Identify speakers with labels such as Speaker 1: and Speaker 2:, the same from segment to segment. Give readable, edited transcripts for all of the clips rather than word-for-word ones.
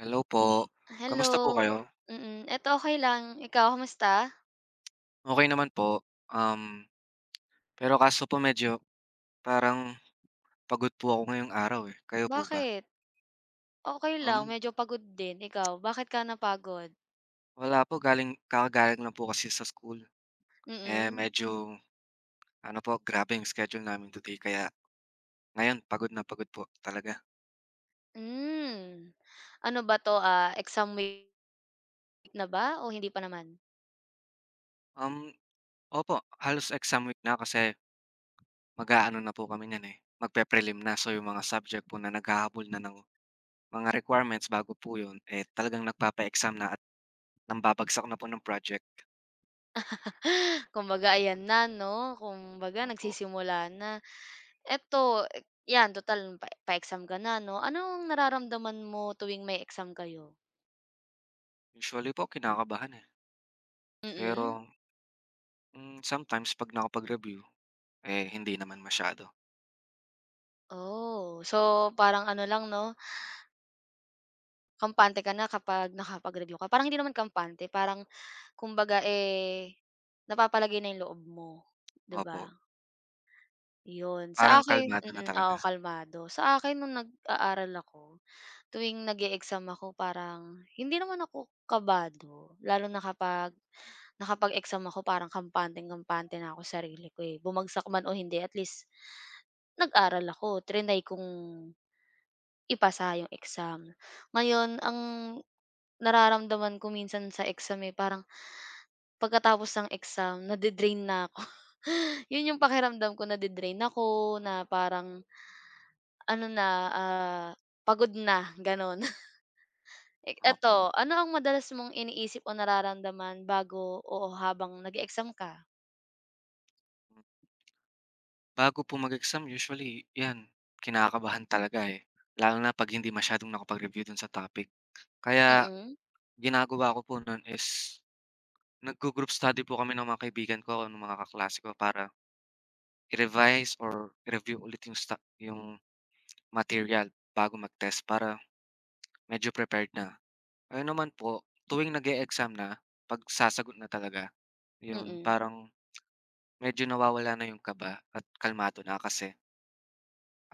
Speaker 1: Hello po.
Speaker 2: Hello,
Speaker 1: Kamusta po kayo?
Speaker 2: mm. Eto okay lang. Ikaw kamusta?
Speaker 1: Okay naman po. Um, Pero kaso po medyo parang pagod po ako ngayong araw, eh. Kayo po ba?
Speaker 2: Bakit? Okay lang,
Speaker 1: Um,
Speaker 2: medyo pagod din. Ikaw, bakit ka napagod?
Speaker 1: Wala po kakagaling lang po kasi sa school. Eh,
Speaker 2: Mm.
Speaker 1: medyo ano po, grabe yung schedule namin today kaya ngayon pagod na pagod po talaga.
Speaker 2: Hmm. Ano ba 'to, ah, exam week na ba o hindi pa naman?
Speaker 1: Um, Opo, halos exam week na kasi mag-aano na po kami niyan, eh, magpe-prelim na. So, yung mga subject po na naghahabol na ng mga requirements bago po yun, eh, talagang nagpapa-exam na at nambabagsak na po ng project.
Speaker 2: Kumbaga ayan na 'no, kumbaga
Speaker 1: Opo.
Speaker 2: nagsisimula na. Eto, eh, yan total pa pa-exam ka na 'no. Anong nararamdaman mo tuwing may exam kayo?
Speaker 1: Usually po kinakabahan, eh. Pero,
Speaker 2: Mm.
Speaker 1: sometimes 'pag nakapag-review, eh, hindi naman masyado.
Speaker 2: Oh, so parang ano lang 'no, kampante ka na kapag nakapag-review ka. Parang hindi naman kampante, parang kumbaga, eh, napapalagay na yung loob mo, 'di ba?
Speaker 1: Opo,
Speaker 2: Yun. Sa
Speaker 1: parang
Speaker 2: akin
Speaker 1: kalmado na
Speaker 2: mm, oo,
Speaker 1: talaga.
Speaker 2: kalmado. Sa akin nung nag-aaral ako, tuwing nag-e-exam ako parang hindi naman ako kabado, lalo na kapag nakapag-exam ako parang kampanteng-kampante na ako sa sarili ko, eh. Bumagsak man o hindi at least nag-aral ako, triny kong ipasa yung exam. Ngayon ang nararamdaman ko minsan sa exam, eh, parang pagkatapos ng exam nade-drain na ako. 'Yun yung pakiramdam ko nade-drain ako, na parang ano na, ah, pagod na gano'n. Eh, eto,
Speaker 1: Opo.
Speaker 2: ano ang madalas mong iniisip o nararamdaman bago o habang nag-e-exam ka?
Speaker 1: Bago po mag-exam usually 'yan, kinakabahan talaga, eh, lalo na 'pag hindi masyadong nakapag-review dun sa topic. Kaya
Speaker 2: Mm,
Speaker 1: ginagawa ko po nun is nag group study po kami ng mga kaibigan ko, ng mga kaklase ko para i-revise or i-review ulit yung material bago mag-test para medyo prepared na. Ayun naman po, tuwing nag-e-exam na, 'pag sasagot na talaga, yun
Speaker 2: mm,
Speaker 1: parang medyo nawawala na yung kaba at kalmado na kasi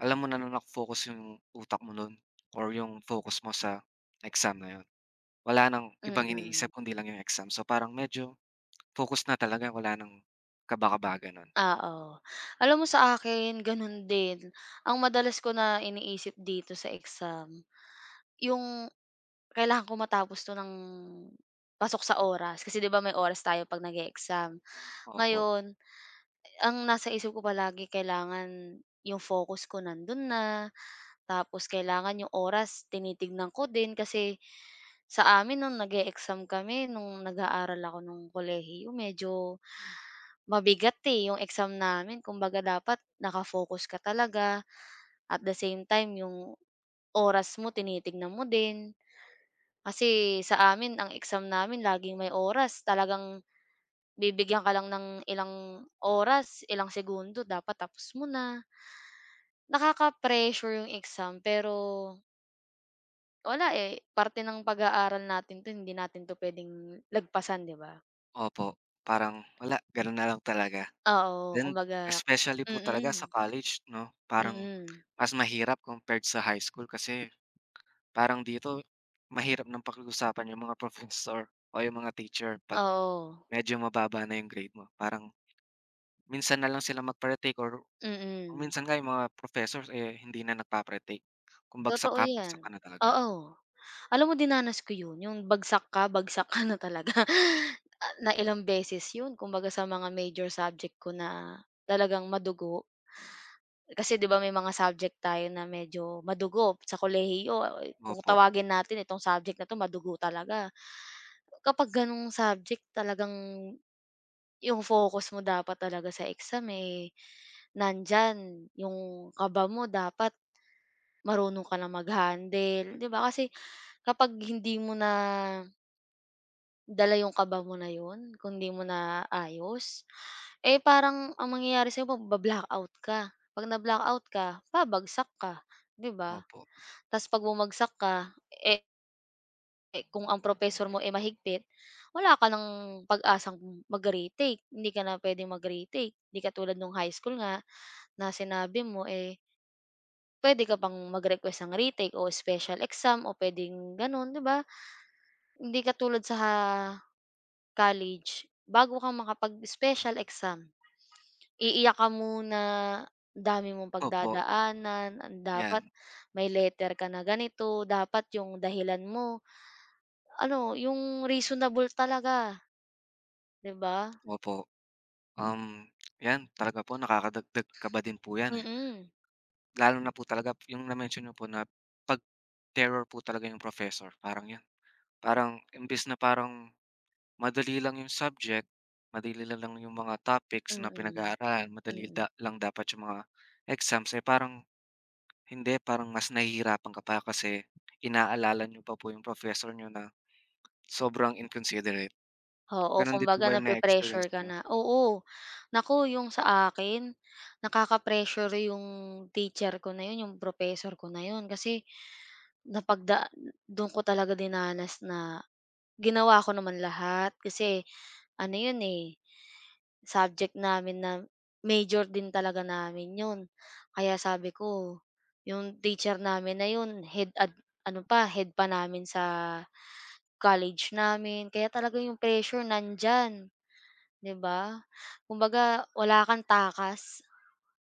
Speaker 1: alam mo na na naka-focus yung utak mo nun or yung focus mo sa exam na yun. Wala ng ibang iniisip
Speaker 2: mm.
Speaker 1: kundi lang yung exam. So, parang medyo focus na talaga, wala ng kaba-kaba, gano'n.
Speaker 2: Oo. Alam mo sa akin gano'n din, ang madalas ko na iniisip dito sa exam, yung kailangan ko matapos 'to ng pasok sa oras kasi 'di ba may oras tayo 'pag nag-e-exam.
Speaker 1: Opo,
Speaker 2: Ngayon, ang nasa isip ko palagi kailangan yung focus ko nandun na, tapos kailangan yung oras tinitignan ko din kasi sa amin nung nag-e-exam kami nung nag-aaral ako nung kolehiyo medyo mabigat, eh, yung exam namin. Kumbaga dapat naka-focus ka talaga, at the same time yung oras mo tinitignan mo din. Kasi sa amin ang exam namin laging may oras, talagang bibigyan ka lang ng ilang oras, ilang segundo dapat tapos mo na. Nakaka-pressure yung exam pero wala, eh, parte ng pag-aaral natin 'to, hindi natin 'to puwedeng lagpasan, 'di ba?
Speaker 1: opo. Parang wala, gano'n na lang talaga.
Speaker 2: Oo,
Speaker 1: And
Speaker 2: kumbaga
Speaker 1: especially po talaga sa
Speaker 2: mm,
Speaker 1: college 'no, parang
Speaker 2: mm.
Speaker 1: mas mahirap compared sa high school kasi parang dito mahirap ng pag-usapan yung mga professor o yung mga teacher 'pag
Speaker 2: Oo,
Speaker 1: medyo mababa na yung grade mo. Parang minsan na lang sila magpa-retake or
Speaker 2: mm.
Speaker 1: minsan nga yung mga professors, eh, hindi na nagpa retake. Kung
Speaker 2: Totoo
Speaker 1: bagsak
Speaker 2: 'yan,
Speaker 1: ka na talaga.
Speaker 2: oo. Alam mo dinanas ko 'yun, 'yung bagsak ka na talaga. Ah, na ilang beses 'yun kumbaga sa mga major subject ko na talagang madugo. Kasi 'di ba may mga subject tayo na medyo madugo sa kolehiyo, eh, kung
Speaker 1: Opo,
Speaker 2: tawagin natin itong subject na 'to madugo talaga. Kapag gano'ng subject talagang 'yung focus mo dapat talaga sa exam, eh, nandiyan. 'Yung kaba mo dapat marunong ka na mag-handle, 'di ba? Kasi kapag hindi mo na dala yung kaba mo na yun kung di mo na ayos eh, parang ang mangyayari sa'yo magba-blackout ka. 'Pag na-blackout ka, babagsak ka, 'di ba?
Speaker 1: opo,
Speaker 2: Ta's 'pag bumagsak ka, eh, eh, kung ang professor mo, eh, mahigpit, wala ka ng pag-asang mag-retake, hindi ka na pwede mag-retake. Hindi ka tulad nung high school nga na sinabi mo, eh, pwede ka pang mag-request ng retake o special exam o puwedeng gano'n, 'di ba? Hindi ka tulad sa college, bago ka makapag-special exam, iiyak ka muna, ang dami mong
Speaker 1: opo,
Speaker 2: pagdadaanan, ang dapat
Speaker 1: 'yan,
Speaker 2: may letter ka na ganito, dapat yung dahilan mo ano, yung reasonable talaga, 'di ba?
Speaker 1: opo. Um, 'Yan talaga po nakakadagdag kaba din po 'yan, eh.
Speaker 2: Mm.
Speaker 1: Lalo na po talaga yung na-mention niyo po na 'pag terror po talaga yung professor, parang 'yun. Parang imbis na parang madali lang yung subject, madali na lang yung mga topics na
Speaker 2: Mm,
Speaker 1: pinag-aaralan, madali
Speaker 2: mm.
Speaker 1: da lang dapat yung mga exams, eh, parang hindi, parang mas nahihirapan ka pa kasi inaalala niyo pa po yung professor nyo na sobrang inconsiderate.
Speaker 2: Oo,
Speaker 1: Gano'n din po
Speaker 2: kumbaga
Speaker 1: ba yung na-experience
Speaker 2: nape-pressure ka
Speaker 1: niyo?
Speaker 2: na. Oo, naku yung sa akin, nakaka-pressure yung teacher ko na yun, yung professor ko na yun kasi napagda dun ko talaga dinanas na ginawa ko naman lahat kasi ano yun, eh, subject namin na major din talaga namin yun. Kaya sabi ko, yung teacher namin na yun head ad ano pa, head pa namin sa college namin kaya talaga yung pressure nandiyan, 'di ba? Kumbaga wala kang takas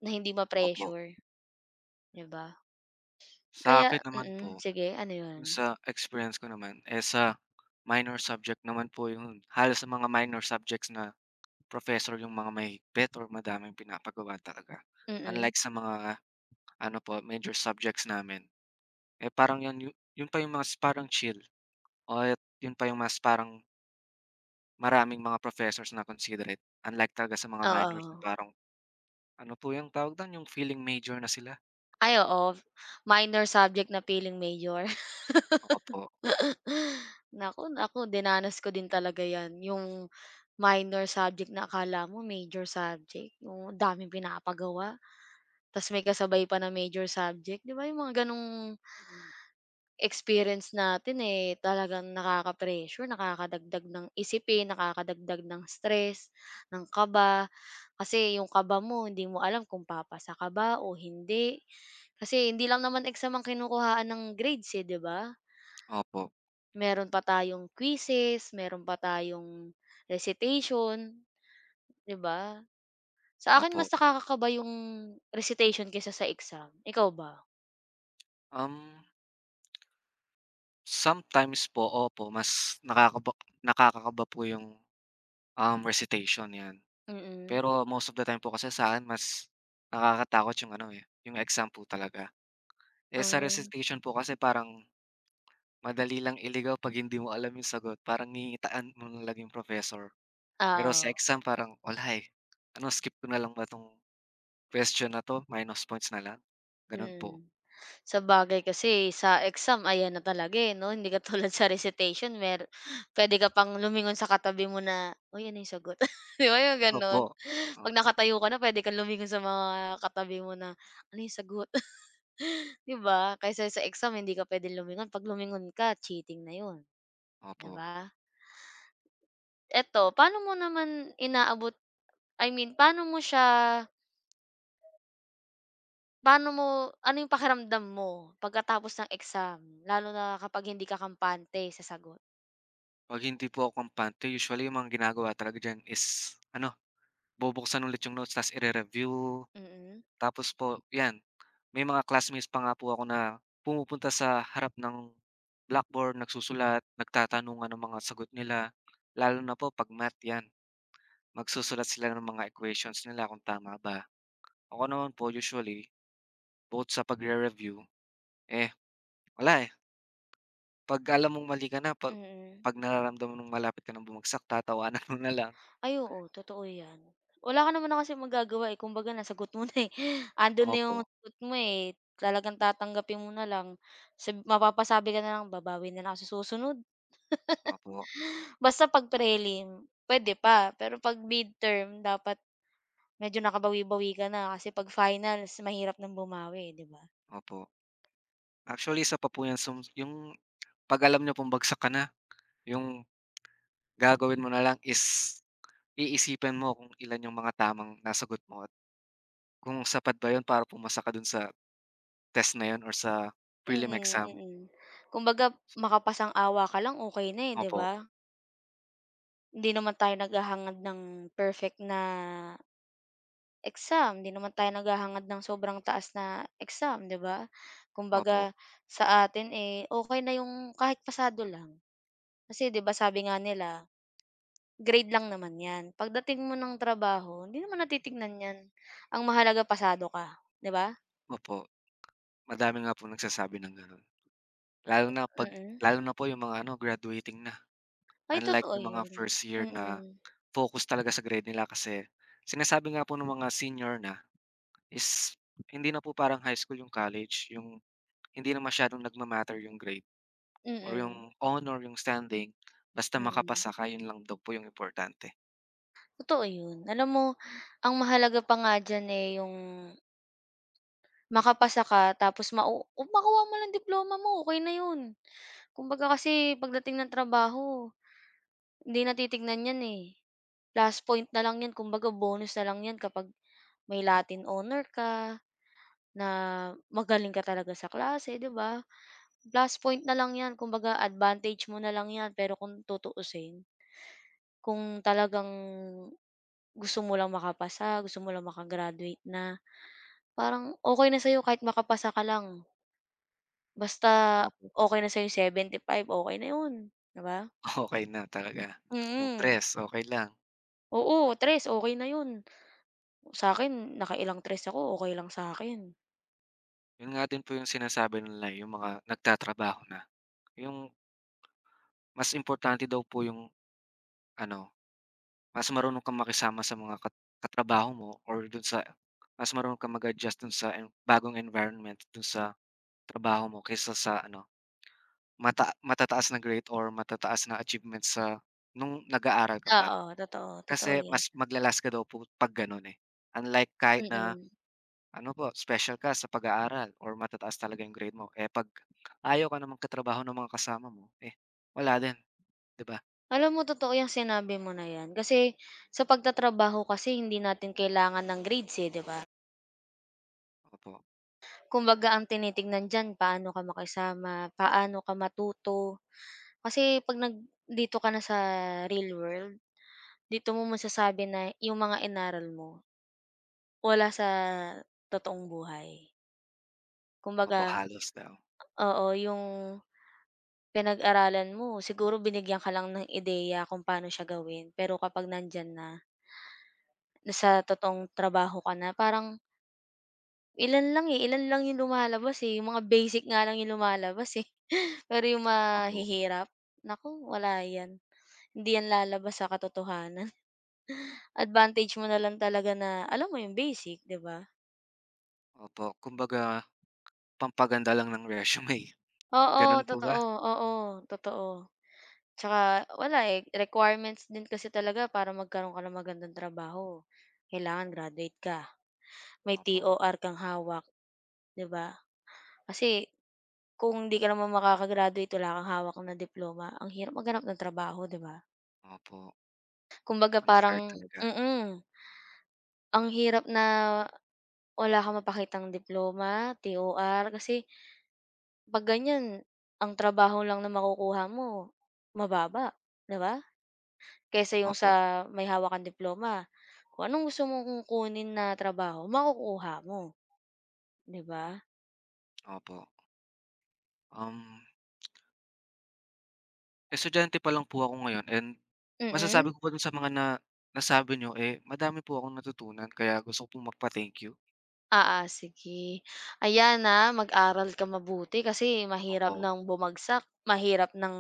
Speaker 2: na hindi
Speaker 1: Opo.
Speaker 2: ma-pressure, 'di ba?
Speaker 1: Sa
Speaker 2: Kaya
Speaker 1: akin naman
Speaker 2: mm,
Speaker 1: po,
Speaker 2: sige ano yun?
Speaker 1: yung sa experience ko naman, eh, sa minor subject naman po yun. Halos sa mga minor subjects na professor yung mga mahigpit or madaming pinapagawa talaga.
Speaker 2: Mm,
Speaker 1: Unlike sa mga ano po, major subjects namin. Eh, parang yun pa yung mas parang chill o at yun pa yung mas parang maraming mga professors na considerate, unlike talaga sa mga minors na
Speaker 2: oo.
Speaker 1: parang ano po yung tawag dun, yung feeling major na sila.
Speaker 2: Ay oo, minor subject na piling major.
Speaker 1: Opo,
Speaker 2: Naku, naku dinanas ko din talaga 'yan, yung minor subject na akala mo major subject, yung ang daming pinapagawa, ta's may kasabay pa na major subject, 'di ba yung mga gano'ng experience natin, eh, talagang nakaka-pressure, nakakadagdag ng isipin, nakakadagdag ng stress, ng kaba. Kasi yung kaba mo hindi mo alam kung papasa ka ba o hindi, kasi hindi lang naman exam ang kinukuhaan ng grades, eh, 'di ba?
Speaker 1: opo,
Speaker 2: Meron pa tayong quizzes, meron pa tayong recitation, 'di ba? Sa akin
Speaker 1: opo.
Speaker 2: mas nakakakaba yung recitation kaysa sa exam, ikaw ba?
Speaker 1: Um, Sometimes po, opo, mas nakakakaba po yung, recitation, 'yan.
Speaker 2: Mm.
Speaker 1: Pero most of the time po kasi sa'kin mas nakakatakot yung ano, eh, yung exam po talaga. Eh, sa
Speaker 2: Um,
Speaker 1: recitation po kasi parang madali lang iligaw 'pag hindi mo alam yung sagot parang ngingitaan mo na lang yung professor. Pero sa
Speaker 2: oo,
Speaker 1: exam parang, "Wala, eh, ano skip ko na lang ba 'tong question na 'to, minus points na lang?" Gano'n po.
Speaker 2: mm. Sabagay kasi sa exam ayan na talaga, eh, 'no, hindi katulad sa recitation mer puwede ka pang lumingon sa katabi mo na, "Uy, ano yung sagot?" 'Di ba yung
Speaker 1: Opo,
Speaker 2: gano'n? 'Pag
Speaker 1: opo,
Speaker 2: nakatayo ka na puwede kang lumingon sa mga katabi mo na, "Ano yung sagot?" 'Di ba? Kaysa sa exam hindi ka puwedeng lumingon, 'pag lumingon ka cheating na 'yun, 'di
Speaker 1: opo.
Speaker 2: ba? Eto, paano mo naman inaabot, I mean paano mo siya paano mo ano 'yung pakiramdam mo pagkatapos ng exam, lalo na kapag hindi ka kampante sa sagot?
Speaker 1: 'Pag hindi po ako kampante usually yung mga ginagawa talaga diyan is ano, bubuksan ulit yung notes ta's ire-review.
Speaker 2: Mm,
Speaker 1: Tapos po 'yan, may mga classmates pa nga po ako na pumupunta sa harap ng blackboard, nagsusulat, nagtatanungan ng mga sagot nila, lalo na po 'pag math 'yan. Magsusulat sila ng mga equations nila kung tama ba. Ako naman po usually, both sa pagre-review, eh, wala, eh, 'pag alam mong mali ka na, 'pag
Speaker 2: mm.
Speaker 1: 'pag nararamdaman mong malapit ka ng bumagsak tatawanan mo na lang.
Speaker 2: Ay oo, totoo 'yan. Wala ka naman na kasing magagawa, eh, kumbaga nasagot mo na, eh. Ando'n na
Speaker 1: Opo,
Speaker 2: 'yung sagot mo, eh, talagang tatanggapin mo na lang, sab mapapasabi ka na lang, "Babawi na lang ako sa susunod."
Speaker 1: opo,
Speaker 2: Basta 'pag prelim, pwede pa, pero 'pag midterm dapat medyo nakabawi-bawi ka na kasi 'pag finals mahirap ng bumawi, 'di ba?
Speaker 1: opo. Actually, isa pa po 'yan yung 'pag alam niyo pong bagsak ka na, yung gagawin mo na lang is iisipin mo kung ilan yung mga tamang nasagot mo at kung sapat ba 'yun para pumasa ka dun sa test na 'yun or sa prelim
Speaker 2: Mm,
Speaker 1: exam.
Speaker 2: mm. Kumbaga
Speaker 1: So,
Speaker 2: makapasang-awa ka lang okey na, eh, 'di
Speaker 1: opo,
Speaker 2: ba? Hindi naman tayo naghahangad ng perfect na exam, hindi naman tayo naghahangad ng sobrang taas na exam, 'di ba? Kumbaga
Speaker 1: opo,
Speaker 2: sa atin, eh, okey na yung kahit pasado lang. Kasi 'di ba sabi nga nila grade lang naman 'yan. Pagdating mo ng trabaho hindi naman natitignan 'yan. Ang mahalaga pasado ka, 'di ba?
Speaker 1: opo. Madami nga pong nagsasabi ng gano'n. Lalo na 'pag
Speaker 2: Mm.
Speaker 1: Lalo na po yung mga ano, graduating na.
Speaker 2: Ay
Speaker 1: Unlike
Speaker 2: totoo
Speaker 1: yung mga
Speaker 2: 'yun.
Speaker 1: first year na
Speaker 2: Mm.
Speaker 1: focus talaga sa grade nila kasi sinasabi nga po ng mga senior na is hindi na po parang high school yung college, yung hindi na masyadong nagma-matter yung grade or
Speaker 2: Mm.
Speaker 1: yung honor, yung standing, basta
Speaker 2: Mm.
Speaker 1: makapasa ka, yun lang daw po yung importante.
Speaker 2: Totoo 'yun. Alam mo ang mahalaga pa nga diyan, eh, yung makapasa ka tapos mau kung makuha mo lang diploma mo okey na 'yun. Kumbaga kasi pagdating ng trabaho hindi natitignan 'yan, eh. Plus point na lang 'yan kumbaga bonus na lang 'yan kapag may Latin
Speaker 1: Opo,
Speaker 2: honor ka, na magaling ka talaga sa klase, 'di ba? Plus point na lang 'yan, kumbaga advantage mo na lang 'yan. Pero kung tutuusin, kung talagang gusto mo lang makapasa, gusto mo lang maka-graduate na, parang okey na sa'yo kahit makapasa ka lang. Basta
Speaker 1: opo.
Speaker 2: okey na sa'yo 75, okey na 'yun, 'di ba?
Speaker 1: Okey na talaga. Yung
Speaker 2: Mm.
Speaker 1: press, okay lang.
Speaker 2: Oo, tres, okay na 'yun. Sa akin, nakailang tres ako, okay lang sa sa'kin.
Speaker 1: Yun nga din po yung sinasabi nila, eh, yung mga nagtatrabaho na. Yung mas importante daw po yung ano, mas marunong kang makisama sa mga katrabaho mo or dun sa mas marunong kang mag-adjust dun sa bagong environment dun sa trabaho mo kaysa sa ano, matataas na grade or matataas na achievement sa nung nag-aaral ka pa.
Speaker 2: Oo, totoo, totoo
Speaker 1: Kasi
Speaker 2: 'yan.
Speaker 1: mas magla ka daw po 'pag gano'n, eh. Unlike kahit na
Speaker 2: Mm.
Speaker 1: ano po, special ka sa pag-aaral or matataas talaga yung grade mo, eh, 'pag ayaw ka na magkatrabaho ng mga kasama mo, eh, wala din, 'di ba?
Speaker 2: Alam mo totoo 'yang sinabi mo na 'yan, kasi sa pagtatrabaho kasi hindi natin kailangan ng grades, eh, 'di ba?
Speaker 1: Opo,
Speaker 2: Kumbaga ang tinitignan diyan paano ka makisama, paano ka matuto. Kasi 'pag nag dito ka na sa real world, dito mo masasabi na 'yung mga inaral mo wala sa totoong buhay. Kumbaga
Speaker 1: opo, halos daw.
Speaker 2: oo, 'yung pinag-aralan mo siguro binigyan ka lang ng ideya kung paano siya gawin, pero kapag nandiyan na, nasa totoong trabaho ka na, parang ilan lang, eh, ilan lang yung lumalabas, eh, yung mga basic nga lang yung lumalabas, eh. Pero yung
Speaker 1: Opo,
Speaker 2: mahihirap, naku wala 'yan. Hindi 'yan lalabas sa katotohanan. Advantage mo na lang talaga na alam mo yung basic, 'di ba?
Speaker 1: opo. Kumbaga pampaganda lang ng resume,
Speaker 2: Oo,
Speaker 1: gano'n po ba?
Speaker 2: totoo. Oo, totoo. Tsaka wala, eh, requirements din kasi talaga para magkaroon ka ng magandang trabaho, kailangan graduate ka, may T
Speaker 1: Opo,
Speaker 2: O R kang hawak, 'di ba? Kasi kung di ka naman makaka-graduate, wala kang hawak na diploma, ang hirap maghanap ng trabaho, 'di ba?
Speaker 1: opo.
Speaker 2: Kumbaga
Speaker 1: Unfair
Speaker 2: parang
Speaker 1: talaga.
Speaker 2: ang hirap na wala kang mapakitang diploma, TOR kasi 'pag ganyan, ang trabaho lang na makukuha mo mababa, 'di ba? Kaysa yung sa
Speaker 1: Opo,
Speaker 2: may hawak kang diploma, kung anong gusto mong kunin na trabaho makukuha mo, 'di ba?
Speaker 1: opo. Um, Estudyante pa lang po ako ngayon and masasabi
Speaker 2: Mm.
Speaker 1: ko pa dun sa mga nasabi niyo, eh, madami po akong natutunan kaya gusto ko pong magpa-thank you.
Speaker 2: Oo, sige. Ayan, na mag-aral ka mabuti kasi mahirap
Speaker 1: Opo,
Speaker 2: ng bumagsak, mahirap ng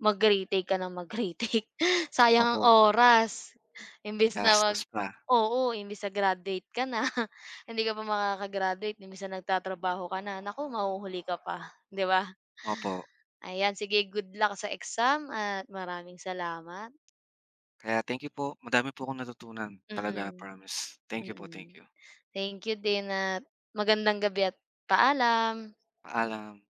Speaker 2: mag-retake ka ng mag-retake. Sayang ang
Speaker 1: opo.
Speaker 2: oras. Imbes na mag
Speaker 1: Gastos pa,
Speaker 2: oo, imbes na graduate ka na, hindi ka pa makaka-graduate, imbes na nagtatrabaho ka na, naku, mahuhuli ka pa, 'di ba?
Speaker 1: opo.
Speaker 2: Ayan, sige, good luck sa exam at maraming salamat.
Speaker 1: Kaya thank you po, madami po akong natutunan talaga,
Speaker 2: Mm,
Speaker 1: promise. Thank you po,
Speaker 2: mm.
Speaker 1: thank you.
Speaker 2: Thank you din at magandang gabi at paalam.
Speaker 1: Paalam.